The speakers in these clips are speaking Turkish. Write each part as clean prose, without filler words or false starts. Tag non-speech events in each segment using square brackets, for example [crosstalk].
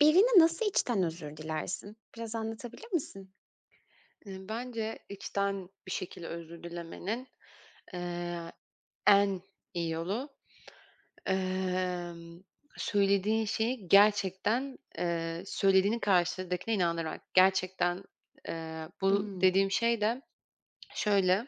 Birine nasıl içten özür dilersin? Biraz anlatabilir misin? Bence içten bir şekilde özür dilemenin, eee, en iyi yolu, emm, söylediğin şeyi gerçekten, söylediğini karşıdakine inandırarak. Gerçekten, bu Imm. dediğim şey de şöyle,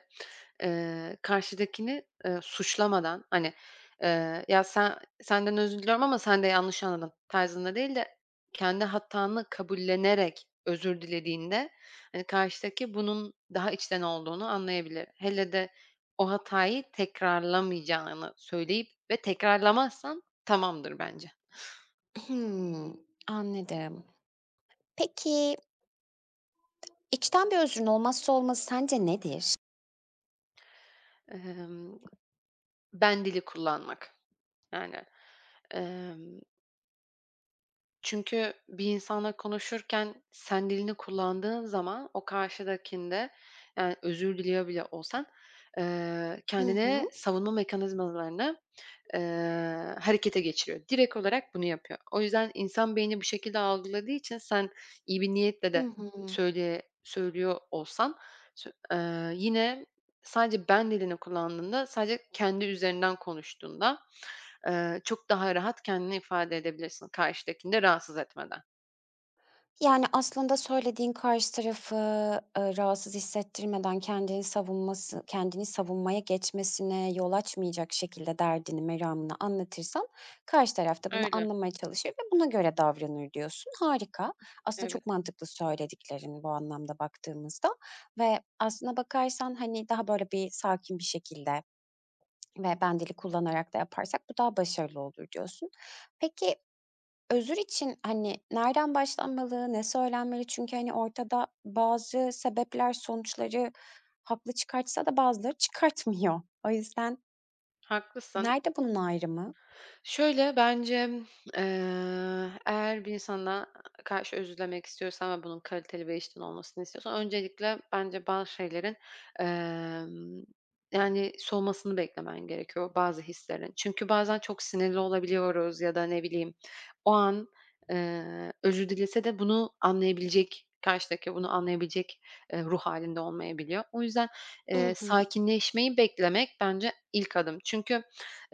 karşıdakini, suçlamadan, hani, "Ya, senden özür diliyorum ama sen de yanlış anladın." tarzında değil de kendi hatanı kabullenerek özür dilediğinde, hani, karşıdaki bunun daha içten olduğunu anlayabilir. Hele de o hatayı tekrarlamayacağını söyleyip ve tekrarlamazsan tamamdır bence. Hımm. Anladım. Peki, içten bir özrün olmazsa olmazı sence nedir? Emm, Ben dili kullanmak. Yani, emm çünkü bir insanla konuşurken sen dilini kullandığın zaman o karşıdakinde, yani, özür diliyor bile olsan, Hı kendine hı. savunma mekanizmalarını, harekete geçiriyor. Direkt olarak bunu yapıyor. O yüzden insan beyni bu şekilde algıladığı için sen iyi bir niyetle Hı de hı. söylüyor olsan sö yine sadece ben dilini kullandığında, sadece kendi üzerinden konuştuğunda çok daha rahat kendini ifade edebilirsin karşıdakini de rahatsız etmeden. Yani, aslında söylediğin karşı tarafı, rahatsız hissettirmeden kendini savunması kendini savunmaya geçmesine yol açmayacak şekilde derdini, meramını anlatırsan karşı taraf da bunu Öyle, anlamaya çalışır ve buna göre davranır diyorsun. Harika. Aslında evet. çok mantıklı söylediklerin bu anlamda baktığımızda ve aslına bakarsan, hani, daha böyle bir sakin bir şekilde ve ben dili kullanarak da yaparsak bu daha başarılı olur diyorsun. Peki, özür için, hani, nereden başlanmalı, ne söylenmeli? Çünkü, hani, ortada bazı sebepler sonuçları haklı çıkartsa da bazıları çıkartmıyor. O yüzden Haklısın. nerede bunun ayrımı? Şöyle, bence, eğer bir insana karşı özür dilemek istiyorsan ve bunun kaliteli ve içten olmasını istiyorsan öncelikle bence bazı şeylerin, emm, yani, soğumasını beklemen gerekiyor bazı hislerin. Çünkü bazen çok sinirli olabiliyoruz ya da ne bileyim o an, özür dilese de bunu anlayabilecek, karşıdaki bunu anlayabilecek, ruh halinde olmayabiliyor. O yüzden, I hı. sakinleşmeyi beklemek bence ilk adım. Çünkü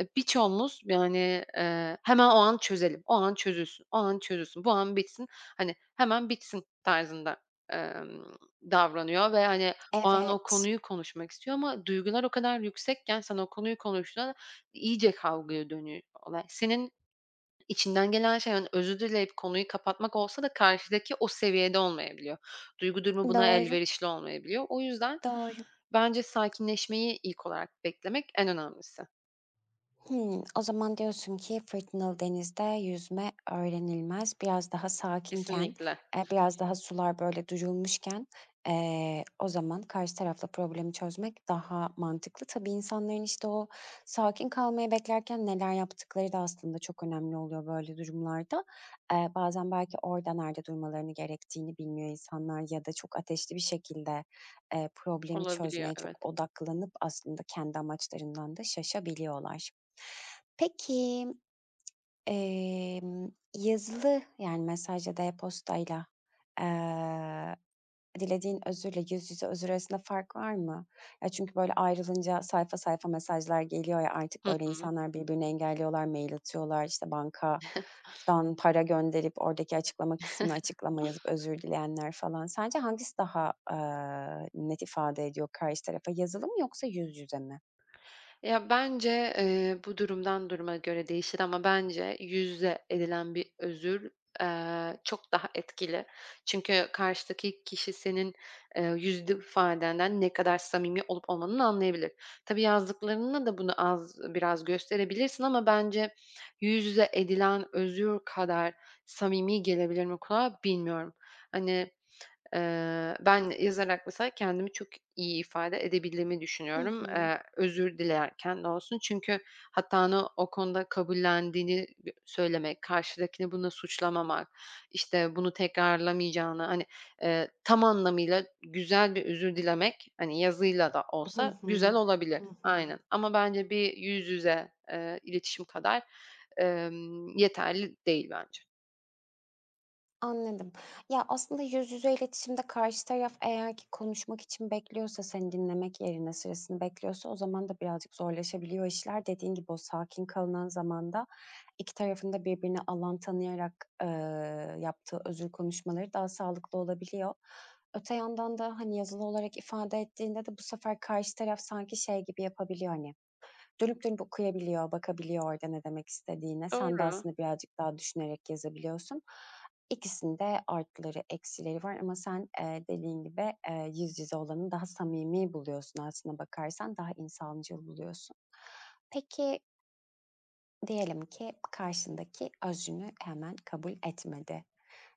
birçoğumuz yani, hemen o an çözelim, o an çözülsün, o an çözülsün, bu an bitsin, hani, hemen bitsin tarzında, emm, davranıyor ve, hani, o an o Evet. konuyu konuşmak istiyor ama duygular o kadar yüksekken sen o konuyu konuştuğunda iyice kavgaya dönüyor olay. Senin içinden gelen şey, hani, özür dileyip konuyu kapatmak olsa da karşıdaki o seviyede olmayabiliyor. Duygu durumu buna Doğru, elverişli olmayabiliyor. O yüzden doğru. bence sakinleşmeyi ilk olarak beklemek en önemlisi. Hımm. O zaman diyorsun ki fırtınalı denizde yüzme öğrenilmez. Biraz daha sakinken, Kesinlikle. Biraz daha sular böyle durulmuşken, o zaman karşı tarafla problemi çözmek daha mantıklı. Tabii insanların, işte, o sakin kalmayı beklerken neler yaptıkları da aslında çok önemli oluyor böyle durumlarda. Bazen belki orada nerede durmalarını gerektiğini bilmiyor insanlar ya da çok ateşli bir şekilde, problemi Olabiliyor, çözmeye çok evet. odaklanıp aslında kendi amaçlarından da şaşabiliyorlar. Peki, yazılı, yani, mesaj ya da e-postayla, eee, dilediğin özürle yüz yüze özür arasında fark var mı? Ya, çünkü, böyle, ayrılınca sayfa sayfa mesajlar geliyor ya artık, Hı böyle, hı. insanlar birbirini engelliyorlar, mail atıyorlar, işte, [laughs] bankadan para gönderip oradaki açıklama kısmına açıklama yazıp özür dileyenler falan. Sence hangisi daha, net ifade ediyor karşı tarafa? Yazılı mı yoksa yüz yüze mi? Ya, bence, bu durumdan duruma göre değişir ama bence yüzle edilen bir özür, çok daha etkili. Çünkü karşıdaki kişi senin, yüzlü ifadenden ne kadar samimi olup olmadığını anlayabilir. Tabii yazdıklarınla da bunu az biraz gösterebilirsin ama bence yüz yüze edilen özür kadar samimi gelebilir mi kulağa bilmiyorum. Hani. Ben yazarak mesela kendimi çok iyi ifade edebildiğimi Hı düşünüyorum, hı. Özür dilerken de olsun. Çünkü hatanı o konuda kabullendiğini söylemek, karşıdakini bununla suçlamamak, işte, bunu tekrarlamayacağını, hani, tam anlamıyla güzel bir özür dilemek, hani, yazıyla da Hı olsa hı. güzel olabilir. Hı hı. Aynen ama bence bir yüz yüze, iletişim kadar, yeterli değil bence. Anladım. Ya, aslında yüz yüze iletişimde karşı taraf eğer ki konuşmak için bekliyorsa, seni dinlemek yerine sırasını bekliyorsa o zaman da birazcık zorlaşabiliyor işler. Dediğin gibi o sakin kalınan zamanda 2 tarafın da birbirini alan tanıyarak, eee, yaptığı özür konuşmaları daha sağlıklı olabiliyor. Öte yandan da, hani, yazılı olarak ifade ettiğinde de bu sefer karşı taraf sanki şey gibi yapabiliyor, hani, dönüp dönüp okuyabiliyor, bakabiliyor orada ne demek istediğine. Sen de Doğru, aslında birazcık daha düşünerek yazabiliyorsun. İkisinin de artıları, eksileri var ama sen, dediğin gibi, yüz yüze olanı daha samimi buluyorsun aslına bakarsan, daha insancıl buluyorsun. Peki, diyelim ki karşındaki özrünü hemen kabul etmedi.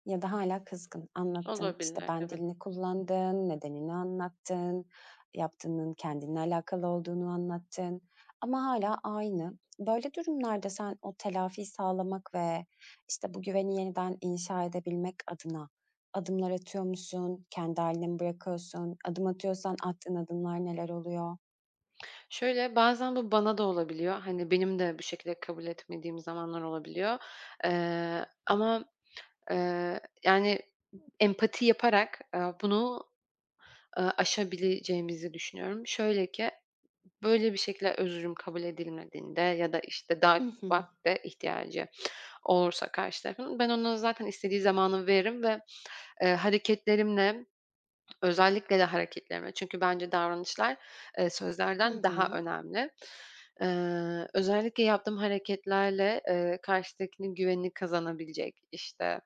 Ya da hala kızgın. Anlattın, işte, olabilir. ben Evet. dilini kullandın, nedenini anlattın, yaptığının kendinle alakalı olduğunu anlattın ama hala aynı. Böyle durumlarda sen o telafi sağlamak ve, işte, bu güveni yeniden inşa edebilmek adına adımlar atıyor musun? Kendi hâline mi bırakıyorsun? Adım atıyorsan attığın adımlar neler oluyor? Şöyle, bazen bu bana da olabiliyor. Hani, benim de bu şekilde kabul etmediğim zamanlar olabiliyor. Ama, yani, empati yaparak, bunu, aşabileceğimizi düşünüyorum. Şöyle ki, böyle bir şekilde özrüm kabul edilmediğinde ya da, işte, daha Hı hı. vakte ihtiyacı olursa karşı tarafın, ben ona zaten istediği zamanı veririm ve, hareketlerimle. Özellikle de hareketlerime. Çünkü bence davranışlar, Hı sözlerden daha hı. önemli. Özellikle yaptığım hareketlerle, karşıdakinin güvenini kazanabilecek, işte,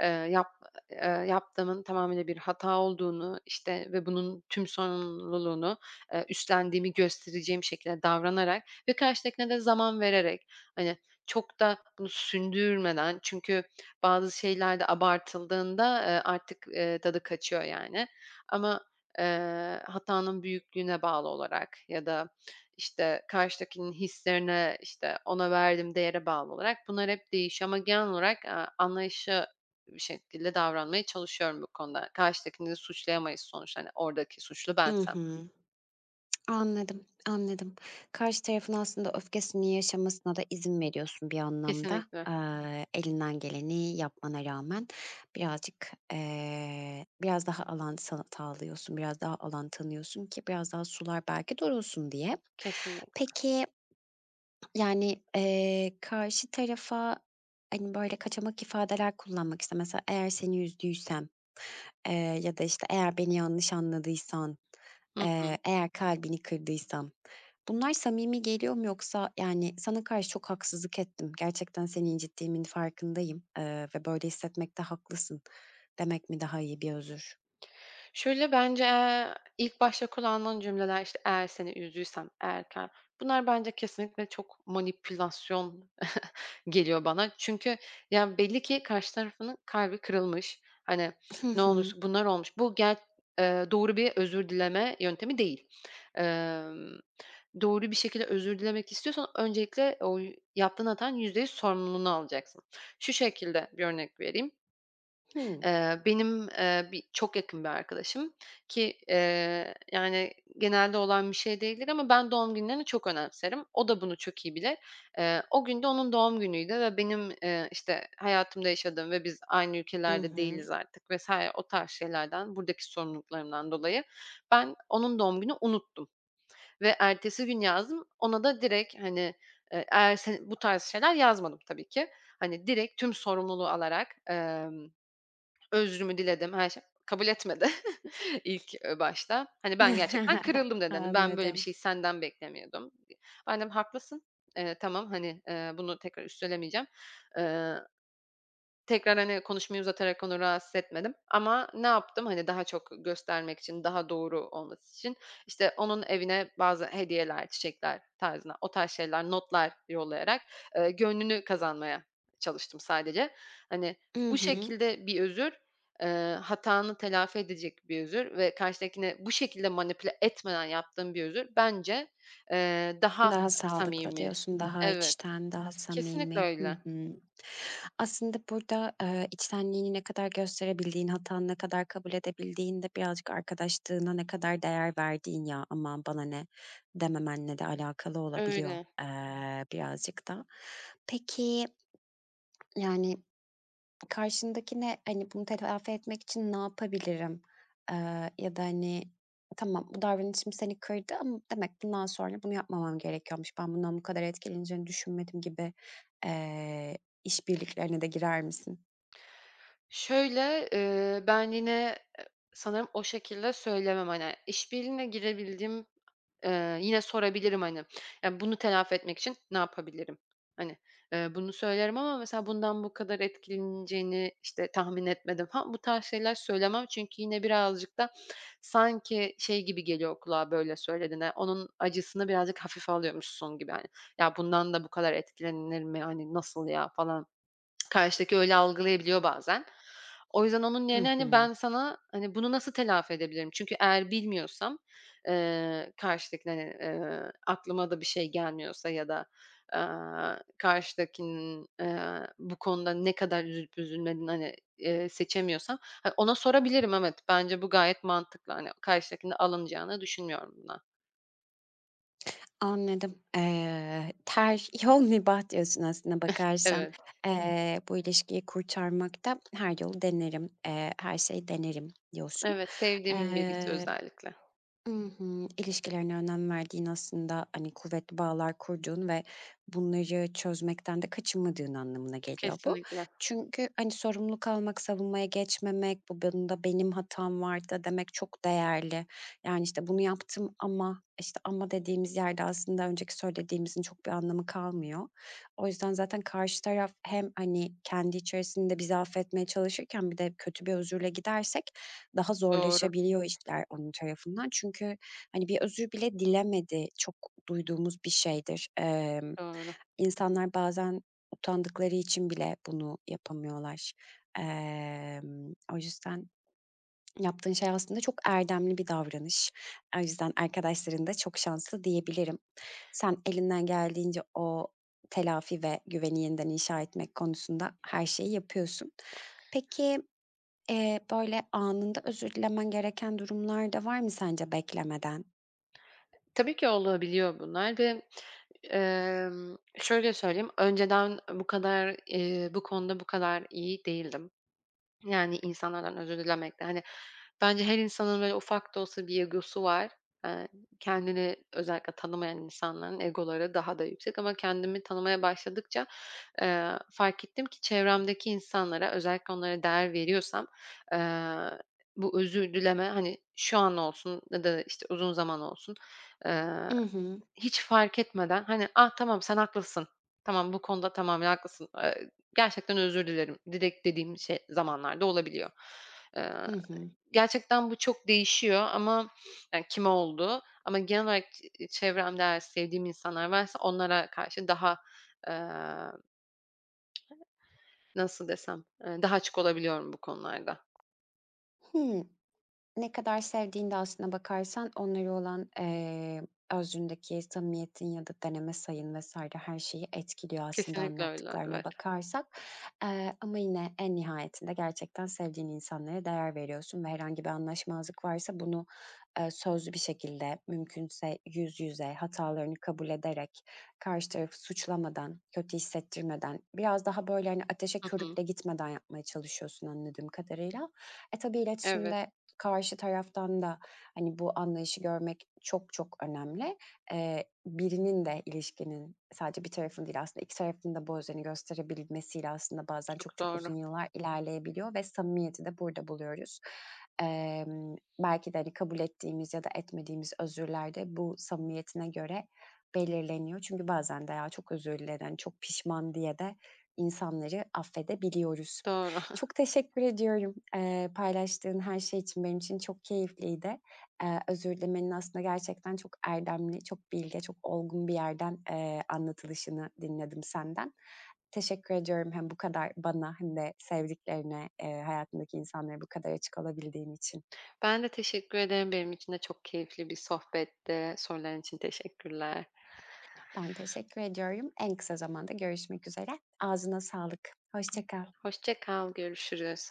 Eee, yap eee, yaptığımın tamamıyla bir hata olduğunu, işte, ve bunun tüm sorumluluğunu, üstlendiğimi göstereceğim şekilde davranarak ve karşıdakine de zaman vererek, hani, çok da bunu sündürmeden çünkü bazı şeyler de abartıldığında, artık, tadı kaçıyor yani. Ama, hatanın büyüklüğüne bağlı olarak ya da, işte, karşıdakinin hislerine, işte, ona verdiğim değere bağlı olarak bunlar hep değişiyor ama genel olarak, anlayışa bir şekilde davranmaya çalışıyorum bu konuda. Karşıdakini de suçlayamayız sonuçta. Hani, oradaki suçlu I bensem. hı. Anladım, anladım. Karşı tarafın aslında öfkesini yaşamasına da izin veriyorsun bir anlamda. Kesinlikle, Elinden geleni yapmana rağmen birazcık, biraz daha alan sağlıyorsun, biraz daha alan tanıyorsun ki biraz daha sular belki durulsun diye. kesinlikle. Peki, yani, karşı tarafa, hani, böyle, kaçamak ifadeler kullanmak, işte, mesela, "Eğer seni üzdüysem", Eee, ya da, işte, eğer beni yanlış anladıysan, Hı hı. eğer kalbini kırdıysam, bunlar samimi geliyor mu yoksa, yani, sana karşı çok haksızlık ettim, gerçekten seni incittiğimin farkındayım, ve böyle hissetmekte haklısın demek mi daha iyi bir özür? Şöyle bence, ilk başta kullanılan cümleler, işte, "Eğer seni üzdüysem eğer" bunlar bence kesinlikle çok manipülasyon geliyor bana. Çünkü ya belli ki karşı tarafının kalbi kırılmış. Hani, Hı ne hı. olursa bunlar olmuş. Bu gel Doğru bir özür dileme yöntemi değil. Emm, doğru bir şekilde özür dilemek istiyorsan öncelikle o yaptığın hatanın %100 sorumluluğunu alacaksın. Şu şekilde bir örnek vereyim. Hımm. Benim, bir çok yakın bir arkadaşım ki, yani, genelde olan bir şey değildir ama ben doğum günlerini çok önemserim. O da bunu çok iyi bilir. O gün de onun doğum günüydü ve benim, işte, hayatımda yaşadığım ve biz aynı I ülkelerde hı. değiliz artık vs. o tarz şeylerden, buradaki sorumluluklarımdan dolayı ben onun doğum günü unuttum ve ertesi gün yazdım. Ona da direkt, hani, eğer sen bu tarz şeyler yazmadım tabii ki. Hani, direkt tüm sorumluluğu alarak, özrümü diledim, her şey. Kabul etmedi [laughs] ilk, başta. Hani, ben gerçekten kırıldım [laughs] dedim. Hani, "Ben böyle bir Anladım. şey senden beklemiyordum." Annem, "Haklısın. Tamam, hani, bunu tekrar üstelemeyeceğim." Eee Tekrar, hani, konuşmayı uzatarak onu rahatsız etmedim ama ne yaptım? Hani, daha çok göstermek için, daha doğru olması için, işte, onun evine bazı hediyeler, çiçekler tarzına, o tarz şeyler, notlar yollayarak, gönlünü kazanmaya çalıştım sadece. Hani, I bu hı. şekilde bir özür, eee, hatanı telafi edecek bir özür ve karşıdakini bu şekilde manipüle etmeden yaptığım bir özür bence, daha Daha sağlıklı samimi. diyorsun, daha Evet, içten, daha kesinlikle samimi. Hı öyle. hı. Aslında burada, içtenliğini ne kadar gösterebildiğin, hatanı ne kadar kabul edebildiğin de birazcık arkadaşlığına ne kadar değer verdiğin ya, "Aman bana ne?" dememenle de alakalı olabiliyor, Öyle. Birazcık da. Peki, yani, karşındakine, hani, bunu telafi etmek için ne yapabilirim? Ya da, hani, tamam bu davranışım seni kırdı ama demek bundan sonra bunu yapmamam gerekiyormuş. Ben bundan bu kadar etkileneceğini düşünmedim gibi, eee, işbirliklerine de girer misin? Şöyle, ben yine, sanırım o şekilde söylemem, hani, işbirliğine girebildiğim, yine sorabilirim, hani. Yani, "Bunu telafi etmek için ne yapabilirim?" Hani, bunu söylerim ama mesela bundan bu kadar etkileneceğini, işte, tahmin etmedim falan, bu tarz şeyler söylemem. Çünkü yine birazcık da sanki şey gibi geliyor kulağa böyle söylediğinde, onun acısını birazcık hafife alıyormuşsun gibi, hani. "Ya, bundan da bu kadar etkilenir mi? Hani, nasıl ya?" falan. Karşıdaki öyle algılayabiliyor bazen. O yüzden onun Hı yerine, hani, hı. ben sana, hani, bunu nasıl telafi edebilirim? Çünkü eğer bilmiyorsam, karşıdakine, hani, aklıma da bir şey gelmiyorsa ya da, karşıdakinin, bu konuda ne kadar üzülüp üzülmediğini, hani, seçemiyorsam, hani, ona sorabilirim. Evet, bence bu gayet mantıklı. Hani, karşıdakinin alınacağını düşünmüyorum buna. Anladım. "Ter [laughs] yol mübah." diyorsun aslına bakarsan. Evet, Bu ilişkiyi kurtarmakta her yolu denerim, her şeyi denerim diyorsun. evet, sevdiğim birisi Eee. özellikle. I hı. İlişkilerine önem verdiğin aslında, hani, kuvvetli bağlar kurduğun ve bunları çözmekten de kaçınmadığın anlamına geliyor bu. Kesinlikle. Çünkü, hani, sorumluluk almak, savunmaya geçmemek, bu bunda benim hatam vardı demek çok değerli. Yani, işte, bunu yaptım ama, işte, ama dediğimiz yerde aslında önceki söylediğimizin çok bir anlamı kalmıyor. O yüzden zaten karşı taraf hem, hani, kendi içerisinde bizi affetmeye çalışırken bir de kötü bir özürle gidersek daha Doğru, zorlaşabiliyor işler onun tarafından. Çünkü, hani, bir özür bile dilemedi çok duyduğumuz bir şeydir. Doğru. İnsanlar bazen utandıkları için bile bunu yapamıyorlar. O yüzden yaptığın şey aslında çok erdemli bir davranış. O yüzden arkadaşların da çok şanslı diyebilirim. Sen elinden geldiğince o telafi ve güveni yeniden inşa etmek konusunda her şeyi yapıyorsun. Peki, böyle, anında özür dilemen gereken durumlar da var mı sence beklemeden? Tabii ki olabiliyor bunlar ve, şöyle söyleyeyim, önceden bu kadar, bu konuda bu kadar iyi değildim. Yani, insanlardan özür dilemekte, hani, bence her insanın böyle ufak da olsa bir egosu var. Eee, Kendini özellikle tanımayan insanların egoları daha da yüksek ama kendimi tanımaya başladıkça, fark ettim ki çevremdeki insanlara özellikle onlara değer veriyorsam, eee, bu özür dileme, hani, şu an olsun ya da, işte, uzun zaman olsun, I hı. hiç fark etmeden, hani, "Ah, tamam sen haklısın. Tamam, bu konuda tamamen haklısın. Gerçekten özür dilerim." direkt dediğim şey zamanlarda olabiliyor. Eee, Hı hı. Gerçekten bu çok değişiyor ama yani kime oldu ama genel olarak çevremde eğer sevdiğim insanlar varsa onlara karşı daha, eee, nasıl desem, daha açık olabiliyorum bu konularda. Hıı. Ne kadar sevdiğinde aslına bakarsan onlara olan, özründeki samimiyetin ya da deneme sayın vesaire her şeyi etkiliyor aslında Kesinlikle öyle, anlattıklarına evet. bakarsak. Ama yine en nihayetinde gerçekten sevdiğin insanlara değer veriyorsun ve herhangi bir anlaşmazlık varsa bunu, sözlü bir şekilde mümkünse yüz yüze hatalarını kabul ederek, karşı tarafı suçlamadan, kötü hissettirmeden, biraz daha böyle, hani, ateşe Hı hı. körükle gitmeden yapmaya çalışıyorsun anladığım kadarıyla. E, tabii Evet, iletişimde karşı taraftan da, hani, bu anlayışı görmek çok çok önemli. Birinin de ilişkinin sadece bir tarafın değil aslında 2 tarafın da bu özeni gösterebilmesiyle aslında bazen çok çok çok doğru. uzun yıllar ilerleyebiliyor ve samimiyeti de burada buluyoruz. Belki de, hani, kabul ettiğimiz ya da etmediğimiz özürler de bu samimiyetine göre belirleniyor. Çünkü bazen de "Ya, çok özür dilerim, hani, çok pişman." diye de insanları affedebiliyoruz. Doğru. Çok teşekkür ediyorum, paylaştığın her şey için. Benim için çok keyifliydi. Özür dilemenin aslında gerçekten çok erdemli, çok bilge, çok olgun bir yerden, anlatılışını dinledim senden. Teşekkür ediyorum hem bu kadar bana hem de sevdiklerine, hayatındaki insanlara bu kadar açık olabildiğin için. Ben de teşekkür ederim. Benim için de çok keyifli bir sohbetti. Soruların için teşekkürler. Ben teşekkür ediyorum. En kısa zamanda görüşmek üzere. Ağzına sağlık. Hoşça kal. Hoşça kal, görüşürüz.